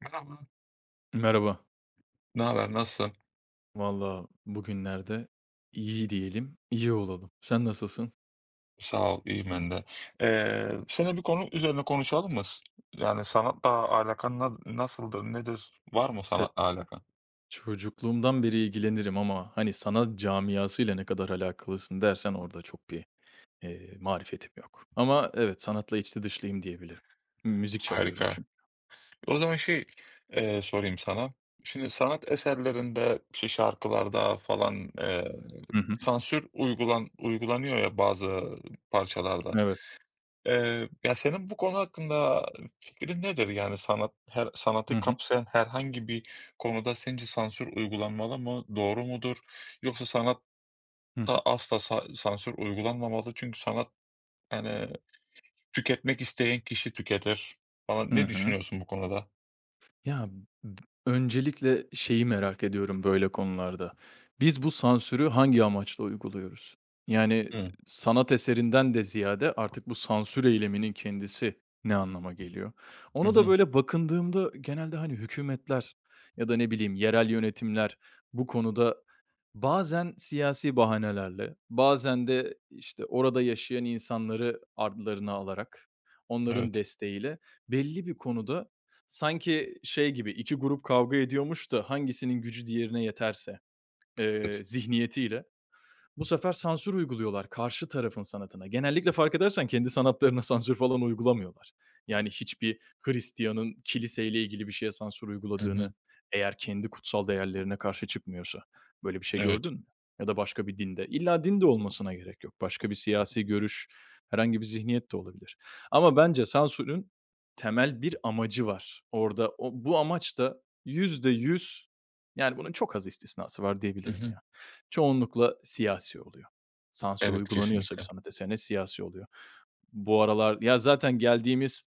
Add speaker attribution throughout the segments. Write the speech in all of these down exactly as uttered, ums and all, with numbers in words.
Speaker 1: Merhaba.
Speaker 2: Merhaba.
Speaker 1: Ne haber? Nasılsın?
Speaker 2: Valla bugünlerde iyi diyelim, iyi olalım. Sen nasılsın?
Speaker 1: Sağ ol, İyiyim ben de. Ee, seninle bir konu üzerine konuşalım mı? Yani sanatla alakan na- nasıldır, nedir? Var mı
Speaker 2: Se
Speaker 1: sanatla alakan?
Speaker 2: Çocukluğumdan beri ilgilenirim ama hani sanat camiasıyla ne kadar alakalısın dersen orada çok bir, eee, marifetim yok. Ama evet, sanatla içli dışlıyım diyebilirim. Müzik çalıyorum
Speaker 1: Harika.
Speaker 2: çünkü.
Speaker 1: O zaman şey e, sorayım sana. Şimdi sanat eserlerinde, işte şarkılarda falan e,
Speaker 2: Hı hı.
Speaker 1: sansür uygulan uygulanıyor ya bazı parçalarda.
Speaker 2: Evet.
Speaker 1: Eee, ya, senin bu konu hakkında fikrin nedir? Yani, sanat, her
Speaker 2: Hı
Speaker 1: sanatı
Speaker 2: hı.
Speaker 1: kapsayan herhangi bir konuda sence sansür uygulanmalı mı? Doğru mudur? Yoksa sanatta
Speaker 2: Hı hı.
Speaker 1: asla sa sansür uygulanmamalı çünkü sanat, yani, tüketmek isteyen kişi tüketir. Bana,
Speaker 2: Hı
Speaker 1: ne
Speaker 2: hı.
Speaker 1: düşünüyorsun bu konuda?
Speaker 2: Ya, b öncelikle şeyi merak ediyorum böyle konularda. Biz bu sansürü hangi amaçla uyguluyoruz? Yani,
Speaker 1: Hıı.
Speaker 2: sanat eserinden de ziyade artık bu sansür eyleminin kendisi ne anlama geliyor?
Speaker 1: Hı
Speaker 2: Onu da
Speaker 1: hı.
Speaker 2: böyle bakındığımda genelde, hani, hükümetler ya da ne bileyim yerel yönetimler bu konuda bazen siyasi bahanelerle, bazen de, işte, orada yaşayan insanları ardlarına alarak, onların
Speaker 1: Evet.
Speaker 2: desteğiyle belli bir konuda sanki şey gibi, iki grup kavga ediyormuş da hangisinin gücü diğerine yeterse,
Speaker 1: Evet.
Speaker 2: eee, zihniyetiyle. Bu sefer sansür uyguluyorlar karşı tarafın sanatına. Genellikle fark edersen kendi sanatlarına sansür falan uygulamıyorlar. Yani hiçbir Hristiyanın kiliseyle ilgili bir şeye sansür
Speaker 1: Hı hı.
Speaker 2: uyguladığını, eğer kendi kutsal değerlerine karşı çıkmıyorsa, böyle bir şey
Speaker 1: Evet.
Speaker 2: gördün mü? Ya da başka bir dinde. İlla din de olmasına gerek yok. Başka bir siyasi görüş, herhangi bir zihniyet de olabilir. Ama bence sansürün temel bir amacı var. Orada o, bu amaç da yüzde yüz, yani bunun çok az istisnası var
Speaker 1: Hı
Speaker 2: diyebilirim
Speaker 1: hı.
Speaker 2: ya. Çoğunlukla siyasi oluyor. Sansür
Speaker 1: Evet,
Speaker 2: uygulanıyorsa bir
Speaker 1: kesinlikle.
Speaker 2: sanat eserine siyasi oluyor. Bu aralar ya, zaten geldiğimiz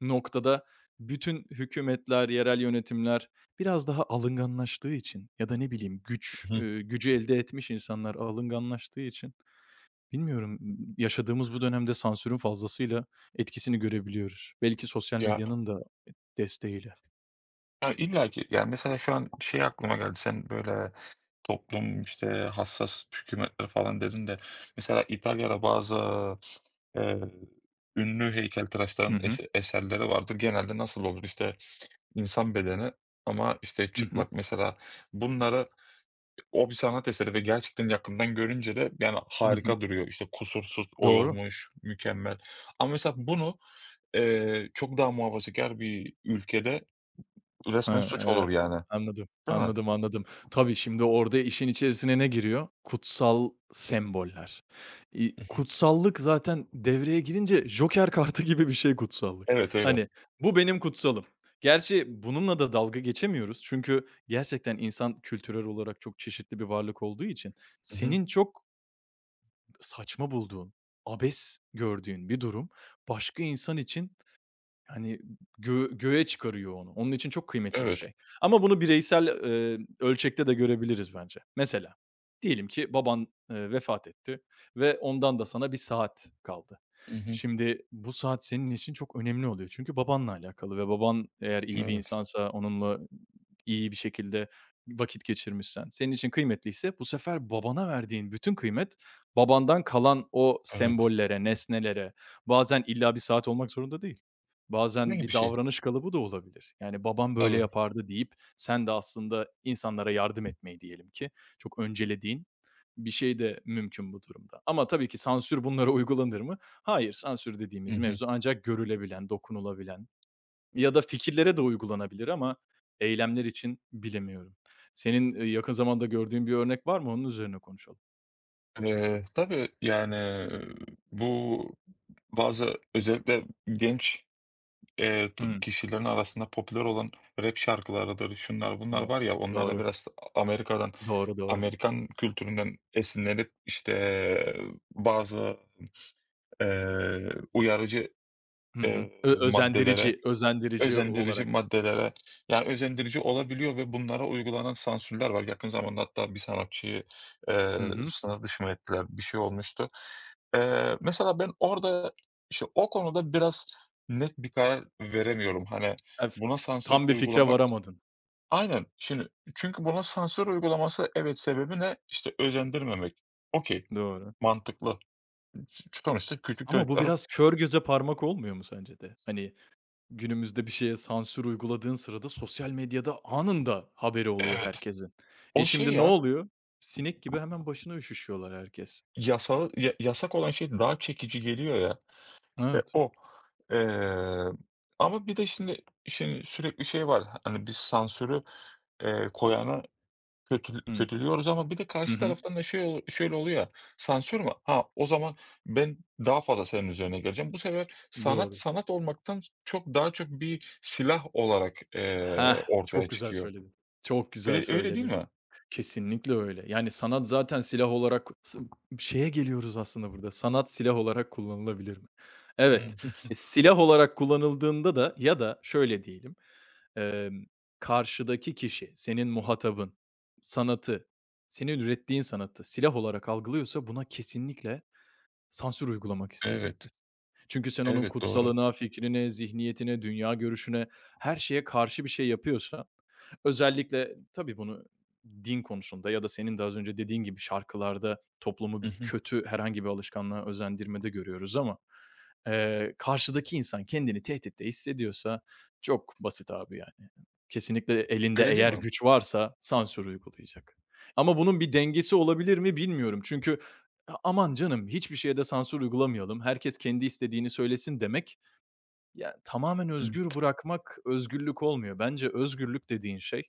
Speaker 2: noktada bütün hükümetler, yerel yönetimler biraz daha alınganlaştığı için ya da ne bileyim güç,
Speaker 1: Hı.
Speaker 2: eee, gücü elde etmiş insanlar alınganlaştığı için bilmiyorum, ımm, yaşadığımız bu dönemde sansürün fazlasıyla etkisini görebiliyoruz. Belki sosyal
Speaker 1: Ya,
Speaker 2: medyanın da desteğiyle.
Speaker 1: ya, illa
Speaker 2: S
Speaker 1: ki. Yani, mesela şu an şey aklıma geldi. Sen böyle toplum, işte, hassas hükümetler falan dedin de mesela İtalya'da bazı, eee, ünlü
Speaker 2: Hı
Speaker 1: heykeltıraşların
Speaker 2: hı.
Speaker 1: ese eserleri vardır. Genelde nasıl olur? işte insan bedeni ama, işte,
Speaker 2: Hı hı.
Speaker 1: çıplak mesela. Bunları, o bir sanat eseri ve gerçekten yakından görünce de, yani,
Speaker 2: Hı hı.
Speaker 1: harika duruyor. İşte, kusursuz
Speaker 2: Doğru.
Speaker 1: oyulmuş, mükemmel. Ama mesela bunu, eee, çok daha muhafazakar bir ülkede
Speaker 2: He,
Speaker 1: resmen suç
Speaker 2: evet.
Speaker 1: olur yani.
Speaker 2: Anladım,
Speaker 1: Değil mi?
Speaker 2: anladım, anladım. Tabii, şimdi orada işin içerisine ne giriyor? Kutsal semboller. İii,
Speaker 1: Hı hı.
Speaker 2: kutsallık zaten devreye girince joker kartı gibi bir şey kutsallık.
Speaker 1: Evet, öyle.
Speaker 2: Hani, bu benim kutsalım. Gerçi bununla da dalga geçemiyoruz. Çünkü gerçekten insan kültürel olarak çok çeşitli bir varlık olduğu için
Speaker 1: Hı hı.
Speaker 2: senin çok saçma bulduğun, abes gördüğün bir durum başka insan için hani, gö göğe çıkarıyor onu. Onun için çok kıymetli bir
Speaker 1: Evet.
Speaker 2: şey. Ama bunu bireysel, eee, ölçekte de görebiliriz bence. Mesela diyelim ki baban, eee, vefat etti ve ondan da sana bir saat kaldı.
Speaker 1: Hı hı.
Speaker 2: Şimdi bu saat senin için çok önemli oluyor. Çünkü babanla alakalı ve baban eğer iyi bir
Speaker 1: Evet,
Speaker 2: insansa, onunla iyi bir şekilde vakit geçirmişsen, senin için kıymetliyse bu sefer babana verdiğin bütün kıymet babandan kalan o
Speaker 1: evet.
Speaker 2: sembollere, nesnelere, bazen illa bir saat olmak zorunda değil. Bazen
Speaker 1: Herhangi bir
Speaker 2: bir
Speaker 1: şey.
Speaker 2: davranış kalıbı da olabilir. Yani, "Babam böyle
Speaker 1: Tabii.
Speaker 2: yapardı." deyip sen de aslında insanlara yardım etmeyi diyelim ki çok öncelediğin bir şey de mümkün bu durumda. Ama tabii ki sansür bunlara uygulanır mı? Hayır, sansür
Speaker 1: Hı
Speaker 2: dediğimiz
Speaker 1: hı.
Speaker 2: mevzu ancak görülebilen, dokunulabilen ya da fikirlere de uygulanabilir ama eylemler için bilemiyorum. Senin, eee, yakın zamanda gördüğün bir örnek var mı? Onun üzerine konuşalım.
Speaker 1: Eee, tabii, yani, eee, bu bazı özellikle genç, eee, t
Speaker 2: Hıı.
Speaker 1: kişilerin arasında popüler olan rap şarkılarıdır, şunlar bunlar
Speaker 2: O
Speaker 1: var ya, onlar da
Speaker 2: doğru.
Speaker 1: biraz Amerika'dan,
Speaker 2: Doğru, doğru.
Speaker 1: Amerikan kültüründen esinlenip, işte, eee, bazı, eee, uyarıcı,
Speaker 2: Hı hı.
Speaker 1: eee,
Speaker 2: Ö
Speaker 1: maddelere.
Speaker 2: özendirici özendirici
Speaker 1: Özendirici
Speaker 2: olarak.
Speaker 1: maddelere, yani, özendirici olabiliyor ve bunlara uygulanan sansürler var. Yakın zamanda hatta bir sanatçıyı, eee,
Speaker 2: Hı hı.
Speaker 1: sınır dışı mı ettiler, bir şey olmuştu. Eee, mesela ben orada, işte, o konuda biraz net bir karar veremiyorum. Hani,
Speaker 2: Ya, f
Speaker 1: buna
Speaker 2: f
Speaker 1: sansür
Speaker 2: tam bir fikre
Speaker 1: uygulamak.
Speaker 2: varamadın.
Speaker 1: Aynen. Şimdi, çünkü buna sansür uygulaması, evet, sebebi ne? İşte, özendirmemek. Okay,
Speaker 2: Doğru.
Speaker 1: mantıklı. Ç sonuçta küçük
Speaker 2: Ama bu
Speaker 1: çocuklara.
Speaker 2: biraz kör göze parmak olmuyor mu sence de? Hani, günümüzde bir şeye sansür uyguladığın sırada sosyal medyada anında haberi oluyor
Speaker 1: Evet.
Speaker 2: herkesin. E,
Speaker 1: O şey
Speaker 2: şimdi ne
Speaker 1: ya,
Speaker 2: oluyor? Sinek gibi hemen başına üşüşüyorlar herkes.
Speaker 1: yasal ya yasak olan şey daha çekici geliyor ya. İşte
Speaker 2: Evet.
Speaker 1: o. Eee, Ama bir de şimdi şimdi sürekli şey var, hani biz sansürü, eee, koyana kötül
Speaker 2: Hıı.
Speaker 1: kötülüyoruz, ama bir de
Speaker 2: Hı
Speaker 1: karşı
Speaker 2: hı.
Speaker 1: taraftan da şey ol şöyle oluyor ya, sansür mü? Ha, o zaman ben daha fazla senin üzerine geleceğim. Bu sefer sanat,
Speaker 2: Doğru.
Speaker 1: sanat olmaktan çok daha çok bir silah olarak,
Speaker 2: Heh,
Speaker 1: eee, ortaya
Speaker 2: çok güzel
Speaker 1: çıkıyor.
Speaker 2: söyledin. Çok güzel
Speaker 1: Öyle, öyle değil
Speaker 2: söyledin.
Speaker 1: mi?
Speaker 2: Kesinlikle öyle. Yani sanat zaten silah olarak s şeye geliyoruz aslında burada, sanat silah olarak kullanılabilir mi?
Speaker 1: Hı
Speaker 2: Evet, e, silah olarak kullanıldığında da ya da şöyle diyelim, emm, karşıdaki kişi, senin muhatabın, sanatı, senin ürettiğin sanatı silah olarak algılıyorsa buna kesinlikle sansür uygulamak
Speaker 1: Evet,
Speaker 2: isteyecektir. Çünkü sen onun
Speaker 1: evet, doğru.
Speaker 2: kutsalına, fikrine, zihniyetine, dünya görüşüne, her şeye karşı bir şey yapıyorsan özellikle tabii bunu din konusunda ya da senin de az önce dediğin gibi şarkılarda
Speaker 1: Hı
Speaker 2: toplumu
Speaker 1: hı.
Speaker 2: kötü herhangi bir alışkanlığa özendirmede görüyoruz ama, eee, karşıdaki insan kendini tehditte hissediyorsa çok basit abi yani. Kesinlikle elinde
Speaker 1: Öyle değil
Speaker 2: eğer
Speaker 1: mi?
Speaker 2: güç varsa sansür uygulayacak. Ama bunun bir dengesi olabilir mi bilmiyorum. Çünkü "A aman canım hiçbir şeye de sansür uygulamayalım, herkes kendi istediğini söylesin." demek ya, tamamen
Speaker 1: Hı.
Speaker 2: özgür bırakmak özgürlük olmuyor. Bence özgürlük dediğin şey,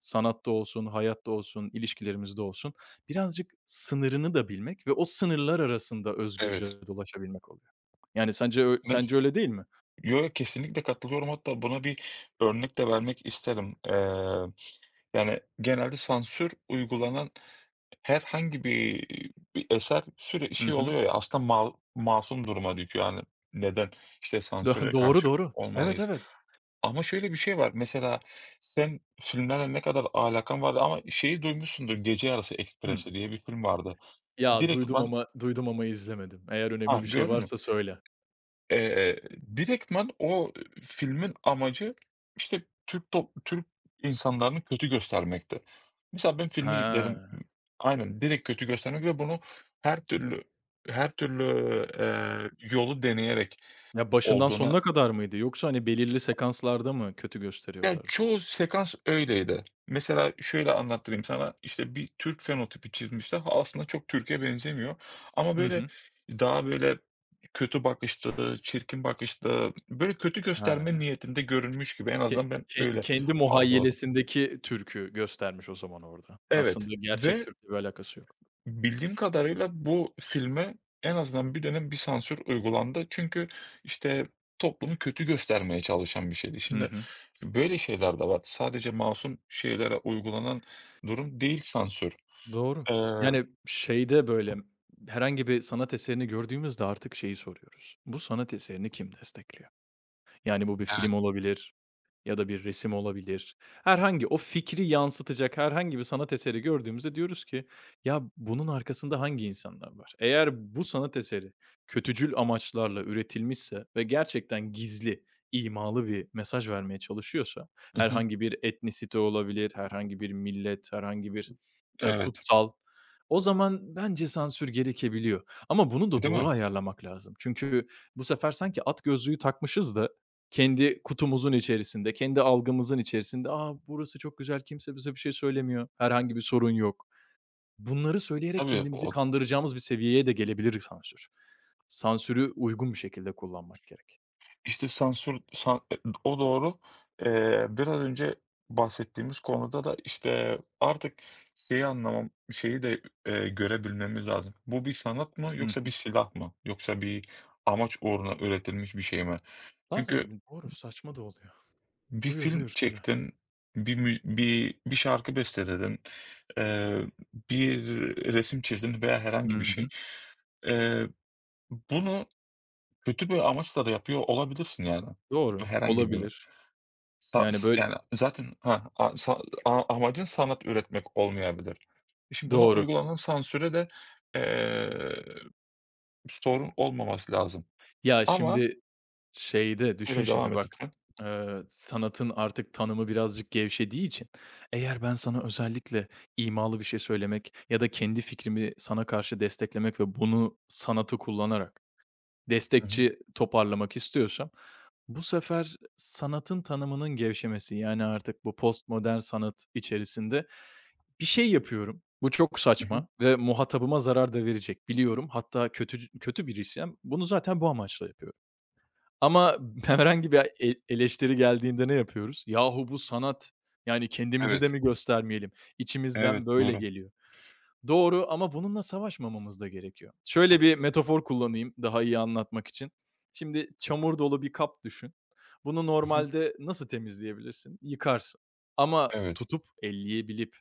Speaker 2: sanatta olsun, hayatta olsun, ilişkilerimizde olsun, birazcık sınırını da bilmek ve o sınırlar arasında
Speaker 1: Evet.
Speaker 2: özgürce dolaşabilmek oluyor. Yani, sence ö sence öyle değil mi?
Speaker 1: Yo, kesinlikle katılıyorum. Hatta buna bir örnek de vermek isterim. Eee, yani genelde sansür uygulanan herhangi bir, bir eser süre
Speaker 2: Hı
Speaker 1: şey
Speaker 2: hı.
Speaker 1: oluyor ya, aslında ma masum duruma düşüyor. Yani neden işte
Speaker 2: Do
Speaker 1: sansüre
Speaker 2: doğru,
Speaker 1: karşı
Speaker 2: doğru. Evet,
Speaker 1: olmalıyız?
Speaker 2: evet.
Speaker 1: Ama şöyle bir şey var. Mesela sen filmlerle ne kadar alakan vardı ama şeyi duymuşsundur. Gece Yarısı
Speaker 2: Hı.
Speaker 1: Ekspresi diye bir film vardı.
Speaker 2: Ya,
Speaker 1: Direkt
Speaker 2: duydum
Speaker 1: ben
Speaker 2: ama duydum ama izlemedim. Eğer
Speaker 1: Ha,
Speaker 2: önemli bir şey
Speaker 1: gördün mü?
Speaker 2: varsa söyle.
Speaker 1: Eee, direktmen o filmin amacı, işte, Türk top Türk insanlarını kötü göstermekti. Mesela ben filmi izledim.
Speaker 2: Ha.
Speaker 1: Aynen, direkt kötü göstermek ve bunu her türlü her türlü, eee, yolu deneyerek
Speaker 2: Ya, başından
Speaker 1: olduğunu.
Speaker 2: sonuna kadar mıydı yoksa, hani, belirli sekanslarda mı kötü
Speaker 1: Ya,
Speaker 2: gösteriyorlardı?
Speaker 1: çoğu sekans öyleydi. Mesela şöyle anlattırayım sana, işte, bir Türk fenotipi çizmişler. Ha, aslında çok Türkiye benzemiyor ama,
Speaker 2: Hı
Speaker 1: böyle,
Speaker 2: hı.
Speaker 1: daha, böyle, kötü bakışlı, çirkin bakışlı, böyle, kötü gösterme
Speaker 2: Ha.
Speaker 1: niyetinde görünmüş gibi, en
Speaker 2: Ke
Speaker 1: azından ben
Speaker 2: ken
Speaker 1: öyle
Speaker 2: kendi
Speaker 1: algıladım.
Speaker 2: muhayyilesindeki Türk'ü göstermiş o zaman orada.
Speaker 1: Evet
Speaker 2: Aslında gerçek
Speaker 1: ve
Speaker 2: Türk'le bir alakası yok.
Speaker 1: bildiğim kadarıyla bu filme en azından bir dönem bir sansür uygulandı. Çünkü, işte, toplumu kötü göstermeye çalışan bir şeydi.
Speaker 2: Hı
Speaker 1: Şimdi
Speaker 2: hı.
Speaker 1: işte, böyle şeyler de var. Sadece masum şeylere uygulanan durum değil sansür.
Speaker 2: Doğru.
Speaker 1: Eee.
Speaker 2: Yani şeyde, böyle, herhangi bir sanat eserini gördüğümüzde artık şeyi soruyoruz. Bu sanat eserini kim destekliyor? Yani bu bir
Speaker 1: Evet.
Speaker 2: film olabilir ya da bir resim olabilir. Herhangi o fikri yansıtacak herhangi bir sanat eseri gördüğümüzde diyoruz ki, "Ya, bunun arkasında hangi insanlar var?" Eğer bu sanat eseri kötücül amaçlarla üretilmişse ve gerçekten gizli, imalı bir mesaj vermeye çalışıyorsa,
Speaker 1: Hı hı.
Speaker 2: herhangi bir etnisite olabilir, herhangi bir millet, herhangi bir, eee,
Speaker 1: Evet.
Speaker 2: kutsal, o zaman bence sansür gerekebiliyor. Ama bunu da
Speaker 1: Değil
Speaker 2: doğru
Speaker 1: mi?
Speaker 2: ayarlamak lazım. Çünkü bu sefer sanki at gözlüğü takmışız da kendi kutumuzun içerisinde, kendi algımızın içerisinde, "A, burası çok güzel, kimse bize bir şey söylemiyor, herhangi bir sorun yok." Bunları söyleyerek
Speaker 1: Tabii
Speaker 2: kendimizi
Speaker 1: o.
Speaker 2: kandıracağımız bir seviyeye de gelebilir sansür. Sansürü uygun bir şekilde kullanmak gerek.
Speaker 1: İşte, sansür san e o doğru. Eee, biraz önce bahsettiğimiz konuda da, işte, artık şeyi anlamam şeyi de, eee, görebilmemiz lazım. Bu bir sanat mı
Speaker 2: Hı
Speaker 1: yoksa bir
Speaker 2: hı.
Speaker 1: silah mı? Yoksa bir amaç uğruna üretilmiş bir şey mi?
Speaker 2: Bazen
Speaker 1: Çünkü
Speaker 2: z doğru, saçma da oluyor.
Speaker 1: bir
Speaker 2: Buyur,
Speaker 1: film
Speaker 2: buyur, söyle.
Speaker 1: çektin, bir mü bir bir şarkı besteledin, eee, bir resim çizdin veya
Speaker 2: Hı
Speaker 1: herhangi bir şey.
Speaker 2: hı.
Speaker 1: Eee, bunu kötü bir amaçla da yapıyor olabilirsin yani.
Speaker 2: Doğru,
Speaker 1: Herhangi biri.
Speaker 2: olabilir.
Speaker 1: Sa
Speaker 2: Yani, böyl
Speaker 1: s Yani, zaten Ha, a sa a amacın sanat üretmek olmayabilir. E, şimdi buna
Speaker 2: Doğru.
Speaker 1: uygulanan sansüre de, eee, sorun olmaması lazım
Speaker 2: Ya,
Speaker 1: ama.
Speaker 2: şimdi şeyde düşün
Speaker 1: Söyle, devam
Speaker 2: şimdi
Speaker 1: et
Speaker 2: bak,
Speaker 1: lütfen.
Speaker 2: eee, sanatın artık tanımı birazcık gevşediği için eğer ben sana özellikle imalı bir şey söylemek ya da kendi fikrimi sana karşı desteklemek ve bunu sanatı kullanarak
Speaker 1: Hı hı.
Speaker 2: destekçi toparlamak istiyorsam bu sefer sanatın tanımının gevşemesi, yani, artık bu postmodern sanat içerisinde bir şey yapıyorum. Bu çok
Speaker 1: Hı hı.
Speaker 2: saçma ve muhatabıma zarar da verecek biliyorum. Hatta kötü kötü biriysem bunu zaten bu amaçla yapıyorum. Ama herhangi bir e eleştiri geldiğinde ne yapıyoruz? "Yahu bu sanat, yani kendimizi de
Speaker 1: Evet.
Speaker 2: mi göstermeyelim?"
Speaker 1: Evet,
Speaker 2: İçimizden böyle
Speaker 1: doğru.
Speaker 2: geliyor. Doğru ama bununla savaşmamamız da gerekiyor. Şöyle bir metafor kullanayım daha iyi anlatmak için. Şimdi çamur dolu bir kap düşün. Bunu
Speaker 1: Hı hı.
Speaker 2: normalde nasıl temizleyebilirsin? Yıkarsın. Ama
Speaker 1: Evet.
Speaker 2: tutup, elleyebilip,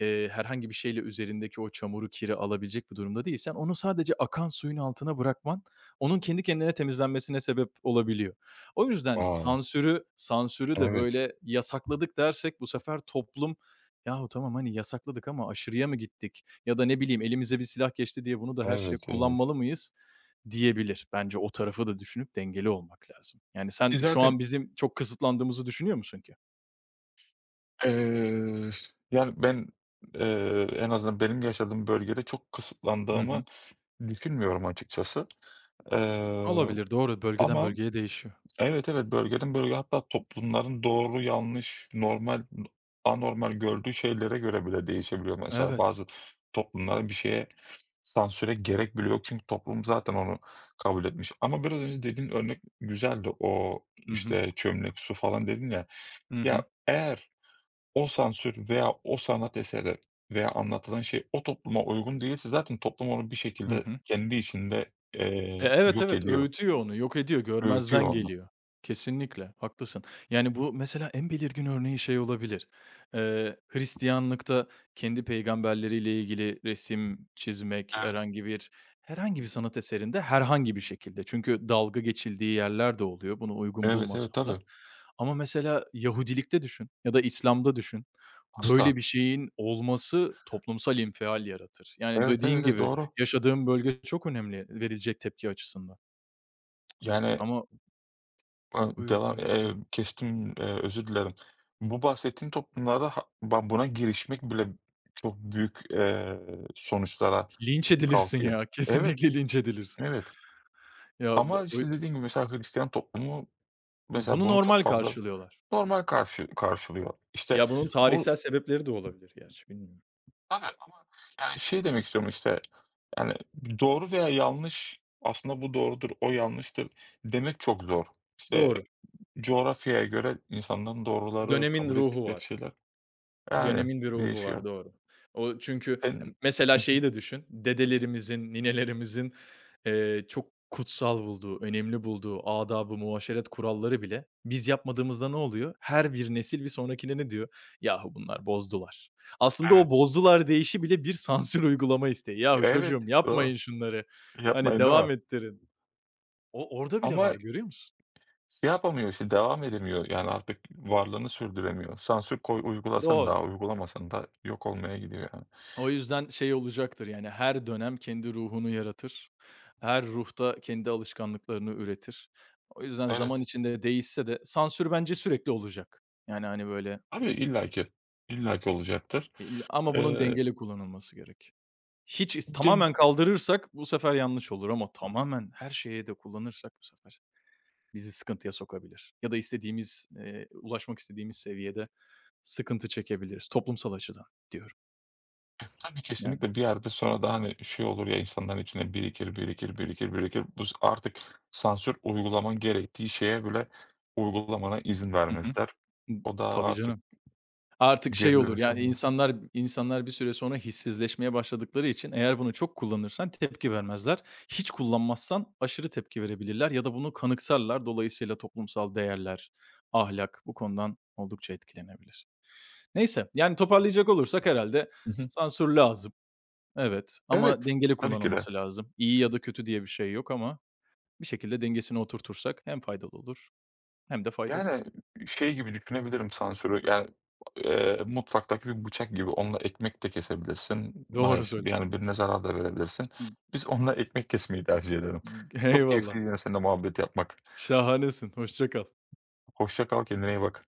Speaker 2: eee, herhangi bir şeyle üzerindeki o çamuru, kiri alabilecek bir durumda değilsen onu sadece akan suyun altına bırakman onun kendi kendine temizlenmesine sebep olabiliyor. O yüzden
Speaker 1: Wow!
Speaker 2: sansürü sansürü de
Speaker 1: Evet.
Speaker 2: böyle yasakladık dersek bu sefer toplum, "Yahu tamam, hani, yasakladık ama aşırıya mı gittik? Ya da ne bileyim elimize bir silah geçti diye bunu da her şeye
Speaker 1: Evet, evet.
Speaker 2: kullanmalı mıyız diyebilir. Bence o tarafı da düşünüp dengeli olmak lazım. Yani
Speaker 1: E,
Speaker 2: sen şu
Speaker 1: zaten,
Speaker 2: an bizim çok kısıtlandığımızı düşünüyor musun ki?
Speaker 1: eee, yani, ben, eee, en azından benim yaşadığım bölgede çok
Speaker 2: Hı
Speaker 1: kısıtlandığımı
Speaker 2: hı.
Speaker 1: düşünmüyorum açıkçası. Eee,
Speaker 2: Olabilir, doğru. Bölgeden
Speaker 1: ama.
Speaker 2: bölgeye değişiyor.
Speaker 1: Evet, evet, bölgeden bölge, hatta toplumların doğru, yanlış, normal, anormal gördüğü şeylere göre bile değişebiliyor. Mesela
Speaker 2: Evet.
Speaker 1: bazı toplumlara bir şeye sansüre gerek bile yok çünkü toplum zaten onu kabul etmiş. Ama biraz önce dediğin örnek güzeldi. O,
Speaker 2: Hı hı.
Speaker 1: işte, "Çömlek su" falan dedin ya.
Speaker 2: Hı
Speaker 1: Ya,
Speaker 2: hı.
Speaker 1: eğer o sansür veya o sanat eseri veya anlatılan şey o topluma uygun değilse zaten toplum onu bir
Speaker 2: Hı
Speaker 1: şekilde
Speaker 2: hı.
Speaker 1: kendi içinde,
Speaker 2: E,
Speaker 1: eee,
Speaker 2: evet,
Speaker 1: yok
Speaker 2: evet,
Speaker 1: ediyor,
Speaker 2: öğütüyor onu, yok ediyor,
Speaker 1: öğütüyor
Speaker 2: görmezden
Speaker 1: onu.
Speaker 2: geliyor. Kesinlikle, haklısın. Yani, bu mesela en belirgin örneği şey olabilir. Eee, Hristiyanlıkta kendi peygamberleriyle ilgili resim çizmek,
Speaker 1: Evet.
Speaker 2: herhangi bir herhangi bir sanat eserinde herhangi bir şekilde çünkü dalga geçildiği yerler de oluyor, bunu uygun
Speaker 1: Evet, evet,
Speaker 2: bulmasam da.
Speaker 1: tabii.
Speaker 2: Ama mesela Yahudilikte düşün ya da İslam'da düşün,
Speaker 1: Asla.
Speaker 2: böyle bir şeyin olması toplumsal infial yaratır. Yani,
Speaker 1: Evet,
Speaker 2: dediğin
Speaker 1: evet, evet,
Speaker 2: gibi
Speaker 1: doğru.
Speaker 2: yaşadığım bölge çok önemli verilecek tepki açısından.
Speaker 1: Yani,
Speaker 2: Ama
Speaker 1: ııı,
Speaker 2: buyur,
Speaker 1: devam
Speaker 2: buyur
Speaker 1: eee,
Speaker 2: söyle.
Speaker 1: kestim, eee, özür dilerim. Bu bahsettiğin toplumlarda ha ba buna girişmek bile çok büyük, eee, sonuçlara
Speaker 2: Linç edilirsin
Speaker 1: kalkıyor.
Speaker 2: ya,
Speaker 1: Evet,
Speaker 2: kesinlikle linç edilirsin.
Speaker 1: evet.
Speaker 2: Ya,
Speaker 1: Ama,
Speaker 2: bu bu
Speaker 1: işte, dediğim gibi mesela Hristiyan toplumu mesela
Speaker 2: bunu
Speaker 1: bunu çok
Speaker 2: normal
Speaker 1: fazla
Speaker 2: karşılıyorlar.
Speaker 1: normal karşı karşılıyor. İşte,
Speaker 2: Ya, bunun
Speaker 1: bu.
Speaker 2: tarihsel sebepleri de olabilir gerçi bilmiyorum.
Speaker 1: Tabii ama, yani, şey demek istiyorum, işte, yani, doğru veya yanlış, aslında bu doğrudur, o yanlıştır demek çok zor. İşte.
Speaker 2: Doğru.
Speaker 1: Coğrafyaya göre insanların doğruları,
Speaker 2: Dönemin
Speaker 1: kabul
Speaker 2: ruhu
Speaker 1: ettikleri
Speaker 2: var.
Speaker 1: şeyler. Aynen,
Speaker 2: Dönemin bir ruhu
Speaker 1: değişiyor.
Speaker 2: var, doğru. O çünkü
Speaker 1: Senin
Speaker 2: mesela şeyi de düşün, dedelerimizin, ninelerimizin, eee, çok kutsal bulduğu, önemli bulduğu adabı, ı muaşeret kuralları bile biz yapmadığımızda ne oluyor? Her bir nesil bir sonrakine ne diyor? "Yahu bunlar bozdular." Aslında
Speaker 1: Evet.
Speaker 2: o "bozdular" deyişi bile bir sansür uygulama isteği. "Yahu
Speaker 1: Evet,
Speaker 2: çocuğum
Speaker 1: doğru.
Speaker 2: yapmayın şunları, hani,
Speaker 1: Yapmayın
Speaker 2: devam
Speaker 1: ama.
Speaker 2: ettirin." O orada bile
Speaker 1: Ama
Speaker 2: var, görüyor musun?
Speaker 1: şey yapamıyor işte, devam edemiyor. Yani artık varlığını sürdüremiyor. Sansür koy uygulasan
Speaker 2: Doğru.
Speaker 1: da uygulamasan da yok olmaya gidiyor yani.
Speaker 2: O yüzden şey olacaktır, yani, her dönem kendi ruhunu yaratır. Her ruhta kendi alışkanlıklarını üretir. O yüzden zaman
Speaker 1: Evet.
Speaker 2: içinde değişse de sansür bence sürekli olacak. Yani, hani, böyle,
Speaker 1: Abi illaki, illaki olacaktır.
Speaker 2: il ama bunun
Speaker 1: Eee,
Speaker 2: dengeli kullanılması gerek. Hiç is
Speaker 1: denk
Speaker 2: tamamen kaldırırsak bu sefer yanlış olur ama tamamen her şeye de kullanırsak bu sefer bizi sıkıntıya sokabilir ya da istediğimiz, eee, ulaşmak istediğimiz seviyede sıkıntı çekebiliriz toplumsal açıdan diyorum.
Speaker 1: E, tabii
Speaker 2: Yani.
Speaker 1: kesinlikle bir yerde sonra da, hani, şey olur ya, insanların içine birikir, birikir, birikir, birikir. Bu s Artık sansür uygulaman gerektiği şeye bile uygulamana izin
Speaker 2: Hı hı.
Speaker 1: vermezler. O da
Speaker 2: Tabii
Speaker 1: artık
Speaker 2: canım. Artık şey
Speaker 1: geri
Speaker 2: olur,
Speaker 1: dönüş
Speaker 2: yani,
Speaker 1: olmaz.
Speaker 2: insanlar insanlar bir süre sonra hissizleşmeye başladıkları için eğer bunu çok kullanırsan tepki vermezler. Hiç kullanmazsan aşırı tepki verebilirler ya da bunu kanıksarlar. Dolayısıyla toplumsal değerler, ahlak bu konudan oldukça etkilenebilir. Neyse, yani, toparlayacak olursak herhalde
Speaker 1: Hı hı.
Speaker 2: sansür lazım, evet, ama
Speaker 1: Evet,
Speaker 2: dengeli
Speaker 1: tabii ki de.
Speaker 2: kullanılması lazım. İyi ya da kötü diye bir şey yok ama bir şekilde dengesini oturtursak hem faydalı olur hem de faydasız.
Speaker 1: Yani, şey gibi düşünebilirim sansürü, yani, eee, mutfaktaki bir bıçak gibi, onunla ekmek de kesebilirsin.
Speaker 2: Doğru
Speaker 1: Maalesef,
Speaker 2: söyledin.
Speaker 1: yani, birine zarar da verebilirsin. Biz onunla ekmek kesmeyi tercih ederim. Çok
Speaker 2: Eyvallah.
Speaker 1: keyifliydi yine seninle muhabbet yapmak.
Speaker 2: Şahanesin, hoşça kal.
Speaker 1: Hoşça kal, kendine iyi bak.